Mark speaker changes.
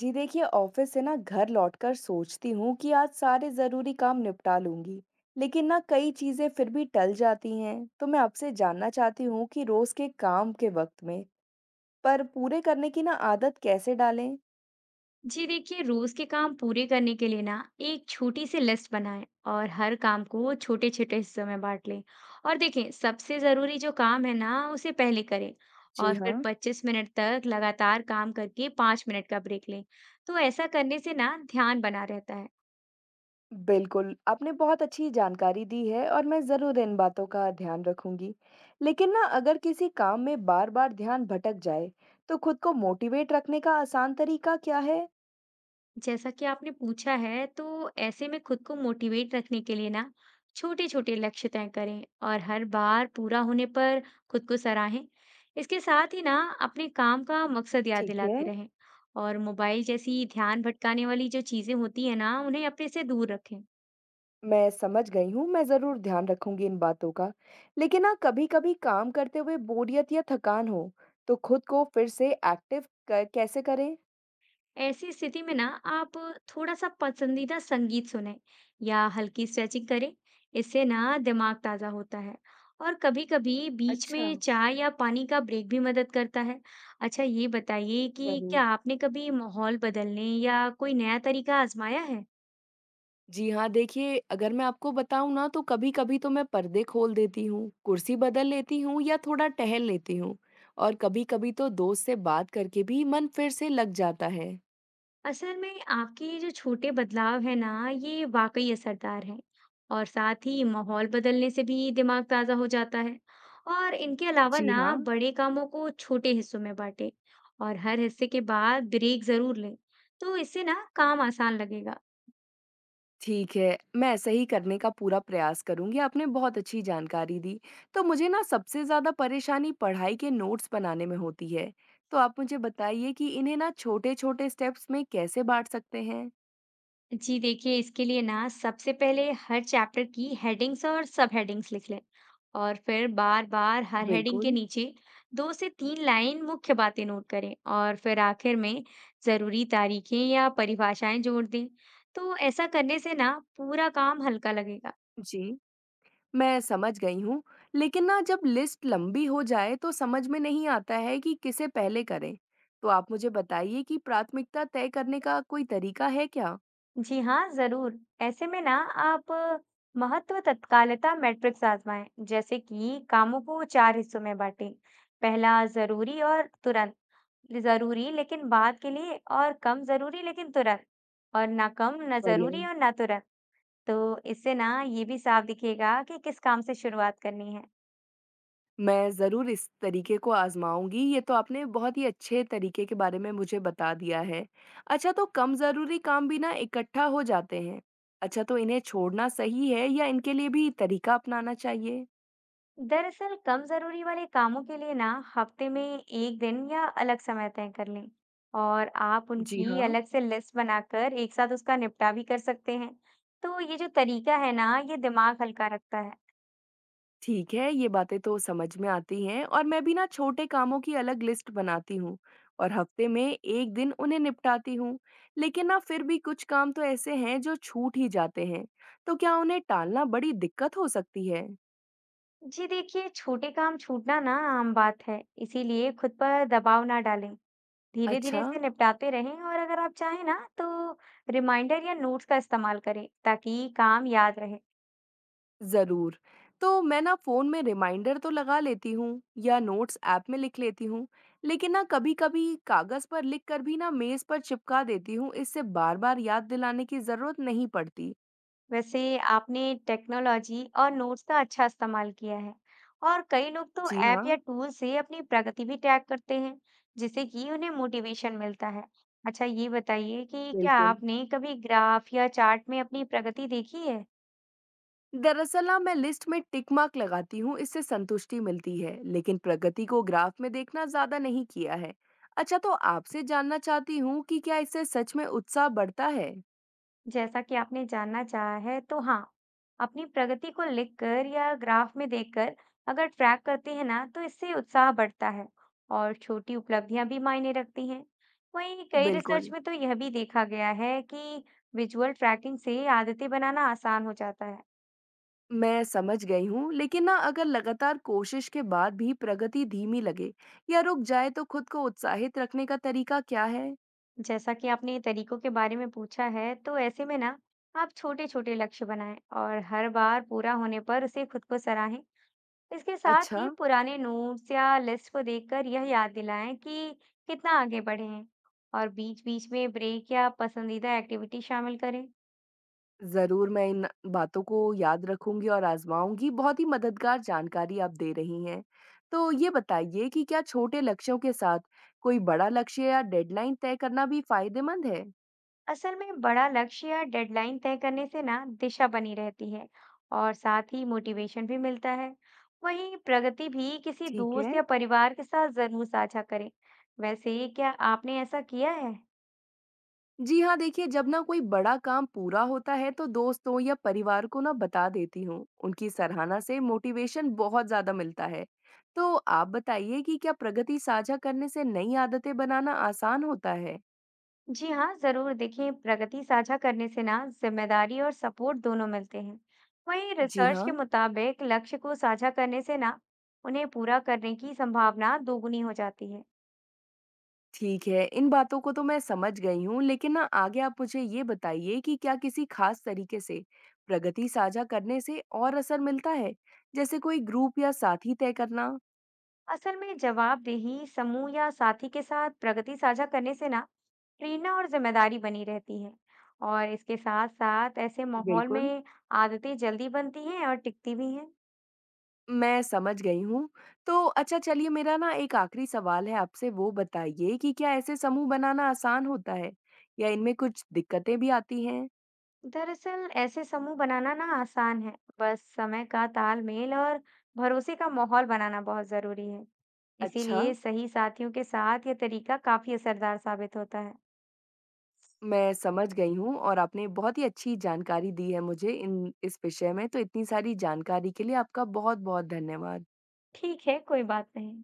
Speaker 1: जी देखिए ऑफिस से ना घर लौटकर सोचती हूँ कि आज सारे जरूरी काम निपटा लूंगी। लेकिन ना कई चीजें फिर भी टल जाती हैं। तो मैं आपसे जानना चाहती हूँ कि रोज के काम के वक्त में पर पूरे करने की ना आदत कैसे डालें।
Speaker 2: जी देखिए, रोज के काम पूरे करने के लिए ना एक छोटी सी लिस्ट बनाएं और हर काम को छोटे छोटे हिस्सों में बांट लें। और देखें, सबसे जरूरी जो काम है ना, उसे पहले करें।
Speaker 1: जी
Speaker 2: और
Speaker 1: हाँ।
Speaker 2: फिर 25 मिनट तक लगातार काम करके 5 मिनट का ब्रेक लें। तो ऐसा करने से ना ध्यान बना रहता है।
Speaker 1: बिल्कुल आपने बहुत अच्छी जानकारी दी है और मैं ज़रूर इन बातों का ध्यान रखूंगी। लेकिन ना अगर किसी काम में बार बार ध्यान भटक जाए तो खुद को मोटिवेट रखने का आसान तरीका क्या है।
Speaker 2: जैसा कि आपने पूछा है, तो ऐसे में खुद को मोटिवेट रखने के लिए ना छोटे-छोटे लक्ष्य तय करें और हर बार पूरा होने पर खुद को सराहें। इसके साथ ही ना अपने काम का मकसद याद
Speaker 1: ठीक है।
Speaker 2: दिलाते रहें, और मोबाइल जैसी ध्यान भटकाने वाली जो चीजें होती है ना, उन्हें अपने से दूर रखें।
Speaker 1: मैं समझ गई हूँ, मैं ज़रूर ध्यान रखूँगी इन बातों का। लेकिन ना कभी-कभी काम करते हुए बोरियत या थकान हो, तो खुद को फिर से एक्टिव क कैसे करें?
Speaker 2: ऐसी स्थिति में ना आप थोड़ा सा पसंदीदा संगीत सुनें या हल्की स्ट्रेचिंग करें। इससे ना दिमाग ताजा होता है, और कभी-कभी बीच
Speaker 1: अच्छा।
Speaker 2: में चाय या पानी का ब्रेक भी मदद करता है। अच्छा, ये बताइए कि
Speaker 1: ज़रूर।
Speaker 2: क्या आपने कभी माहौल बदलने या कोई नया तरीका आजमाया है?
Speaker 1: जी हाँ, देखिए अगर मैं आपको बताऊँ ना तो कभी-कभी तो मैं पर्दे खोल देती हूँ, कुर्सी बदल लेती हूँ या थोड़ा टहल लेती हूँ। और कभी-कभी तो दोस्त से बात करके भी मन फिर से लग जाता है।
Speaker 2: असल में आपके ये जो छोटे बदलाव है ना, ये वाकई असरदार हैं। और साथ ही माहौल बदलने से भी दिमाग ताजा हो जाता है। और इनके अलावा
Speaker 1: जी हाँ।
Speaker 2: ना बड़े कामों को छोटे हिस्सों में बांटे और हर हिस्से के बाद ब्रेक जरूर लें। तो इससे ना काम आसान लगेगा।
Speaker 1: ठीक है, मैं ऐसा ही करने का पूरा प्रयास करूँगी, आपने बहुत अच्छी जानकारी दी। तो मुझे ना सबसे ज़्यादा परेशानी पढ़ाई के नोट्स बनाने में होती है, तो आप मुझे बताइए कि इन्हें ना छोटे-छोटे स्टेप्स में कैसे बाँट सकते हैं?
Speaker 2: जी देखिए, इसके लिए ना सबसे पहले हर चैप्टर की हेडिंग्स और सब हेडिंग्स लिख लें। और फिर बार बार हर हेडिंग के
Speaker 1: बिल्कुल।
Speaker 2: नीचे दो से तीन लाइन मुख्य बातें नोट करें, और फिर आखिर में जरूरी तारीखें या परिभाषाएं जोड़ दें। तो ऐसा करने से ना पूरा काम हल्का लगेगा।
Speaker 1: जी। मैं समझ गई हूँ, लेकिन ना जब लिस्ट लंबी हो जाए तो समझ में नहीं आता है कि किसे पहले करें। तो आप मुझे बताइए कि प्राथमिकता तय करने का कोई तरीका है क्या?
Speaker 2: जी हाँ, जरूर। ऐसे में ना आप महत्व तत्कालता मैट्रिक्स आजमाएं। जैसे कि कामों को चार हिस्सों में बांटें। पहला, जरूरी और तुरंत। ज़रूरी लेकिन बाद के लिए, और कम ज़रूरी लेकिन तुरंत, और ना कम, ना
Speaker 1: बढ़िया।
Speaker 2: ज़रूरी और ना तुरंत। तो इससे ना ये भी साफ दिखेगा कि किस काम से शुरुआत करनी है।
Speaker 1: मैं ज़रूर इस तरीके को आज़माऊँगी, ये तो आपने बहुत ही अच्छे तरीके के बारे में मुझे बता दिया है। अच्छा तो कम ज़रूरी काम भी ना इकट्ठा हो जाते हैं। अच्छा तो इन्हें छोड़ना सही है या इनके लिए भी तरीका अपनाना चाहिए?
Speaker 2: दरअसल कम ज़रूरी वाले कामों के लिए ना हफ्ते में एक दिन या अलग समय तय कर लें, और आप
Speaker 1: जी
Speaker 2: उनकी
Speaker 1: हाँ,
Speaker 2: अलग से लिस्ट बनाकर एक साथ उसका निपटा भी कर सकते हैं। तो ये जो तरीका है ना, ये दिमाग हल्का रखता है।
Speaker 1: ठीक है, ये बातें तो समझ में आती हैं और मैं भी ना छोटे कामों की अलग लिस्ट बनाती हूँ और हफ़्ते में 1 दिन उन्हें निपटाती हूँ। लेकिन ना फिर भी कुछ काम तो ऐसे हैं जो छूट ही जाते हैं, तो क्या उन्हें टालना बड़ी दिक्कत हो सकती है?
Speaker 2: जी देखिए, छोटे काम छूटना ना आम बात है, इसीलिए खुद पर दबाव ना डालें। धीरे-धीरे
Speaker 1: अच्छा।
Speaker 2: इसे निपटाते रहें, और अगर आप चाहें ना तो रिमाइंडर या नोट्स का इस्तेमाल करें ताकि काम याद रहे।
Speaker 1: ज़रूर। तो मैं ना फ़ोन में रिमाइंडर तो लगा लेती हूँ या नोट्स ऐप में लिख लेती हूँ, लेकिन ना कभी-कभी कागज़ पर लिख कर भी ना मेज़ पर चिपका देती हूँ, इससे बार-बार याद दिलाने की ज़रूरत नहीं पड़ती।
Speaker 2: वैसे आपने टेक्नोलॉजी और नोट्स का अच्छा इस्तेमाल किया है। और कई लोग तो
Speaker 1: जी
Speaker 2: ऐप
Speaker 1: हाँ,
Speaker 2: या टूल से अपनी प्रगति भी ट्रैक करते हैं, जिससे कि उन्हें मोटिवेशन मिलता है। अच्छा, ये बताइए कि क्या
Speaker 1: बिल्कुल।
Speaker 2: आपने कभी ग्राफ या चार्ट में अपनी प्रगति देखी है?
Speaker 1: दरअसल ना मैं लिस्ट में टिक मार्क लगाती हूँ, इससे संतुष्टि मिलती है, लेकिन प्रगति को ग्राफ में देखना ज़्यादा नहीं किया है। अच्छा तो आपसे जानना चाहती हूँ कि क्या इससे सच में उत्साह बढ़ता है?
Speaker 2: जैसा कि आपने जानना चाहा है, तो हाँ, अपनी प्रगति को लिखकर या ग्राफ में देखकर अगर ट्रैक करते हैं ना, तो इससे उत्साह बढ़ता है, और छोटी उपलब्धियां भी मायने रखती हैं। वहीं कई रिसर्च
Speaker 1: बिल्कुल।
Speaker 2: में तो यह भी देखा गया है कि विजुअल ट्रैकिंग से आदतें बनाना आसान हो जाता है।
Speaker 1: मैं समझ गई हूँ, लेकिन ना अगर लगातार कोशिश के बाद भी प्रगति धीमी लगे या रुक जाए तो खुद को उत्साहित रखने का तरीका क्या है?
Speaker 2: जैसा कि आपने तरीकों के बारे में पूछा है, तो ऐसे में ना, आप छोटे-छोटे लक्ष्य बनाएं, और हर बार पूरा होने पर उसे खुद को सराहें। इसके साथ
Speaker 1: अच्छा,
Speaker 2: ही पुराने नोट्स या लिस्ट को देखकर यह याद दिलाएं कि कितना आगे बढ़े हैं, और बीच बीच में ब्रेक या पसंदीदा एक्टिविटी शामिल करें।
Speaker 1: ज़रूर मैं इन बातों को याद रखूंगी और आजमाऊंगी। बहुत ही मददगार जानकारी आप दे रही हैं। तो ये बताइए कि क्या छोटे लक्ष्यों के साथ कोई बड़ा लक्ष्य या डेडलाइन तय करना भी फायदेमंद है?
Speaker 2: असल में बड़ा लक्ष्य या डेडलाइन तय करने से ना दिशा बनी रहती है, और साथ ही मोटिवेशन भी मिलता है। वहीं प्रगति भी किसी
Speaker 1: ठीक है।
Speaker 2: दोस्त या परिवार के साथ जरूर साझा करें। वैसे क्या आपने ऐसा किया है?
Speaker 1: जी हाँ देखिए जब ना कोई बड़ा काम पूरा होता है तो दोस्तों या परिवार को ना बता देती हूँ। उनकी सराहना से मोटिवेशन बहुत ज्यादा मिलता है। तो आप बताइए कि क्या प्रगति साझा करने से नई आदतें बनाना आसान होता है।
Speaker 2: जी हाँ, जरूर। देखिए, प्रगति साझा करने से ना जिम्मेदारी और सपोर्ट दोनों मिलते हैं। वहीं
Speaker 1: जी
Speaker 2: रिसर्च
Speaker 1: हाँ।
Speaker 2: के मुताबिक लक्ष्य को साझा करने से ना उन्हें पूरा करने की संभावना दोगुनी हो जाती है।
Speaker 1: ठीक है इन बातों को तो मैं समझ गई हूँ लेकिन ना आगे आप मुझे ये बताइए कि क्या किसी खास तरीके से प्रगति साझा करने से और असर मिलता है, जैसे कोई ग्रुप या साथी तय करना।
Speaker 2: असल में जवाबदेही समूह या साथी के साथ प्रगति साझा करने से ना प्रेरणा और जिम्मेदारी बनी रहती है। और इसके साथ साथ ऐसे माहौल
Speaker 1: बिल्कुल।
Speaker 2: में आदतें जल्दी बनती हैं और टिकती भी हैं।
Speaker 1: मैं समझ गई हूँ। तो अच्छा चलिए मेरा ना एक आखिरी सवाल है आपसे, वो बताइए कि क्या ऐसे समूह बनाना आसान होता है? या इनमें कुछ दिक्कतें भी आती हैं?
Speaker 2: दरअसल ऐसे समूह बनाना ना आसान है। बस समय का तालमेल और भरोसे का माहौल बनाना बहुत जरूरी है।
Speaker 1: अच्छा,
Speaker 2: इसीलिए सही साथियों के साथ यह तरीका काफी असरदार साबित होता है।
Speaker 1: मैं समझ गई हूँ और आपने बहुत ही अच्छी जानकारी दी है मुझे इन इस विषय में, तो इतनी सारी जानकारी के लिए आपका बहुत-बहुत धन्यवाद।
Speaker 2: ठीक है, कोई बात नहीं।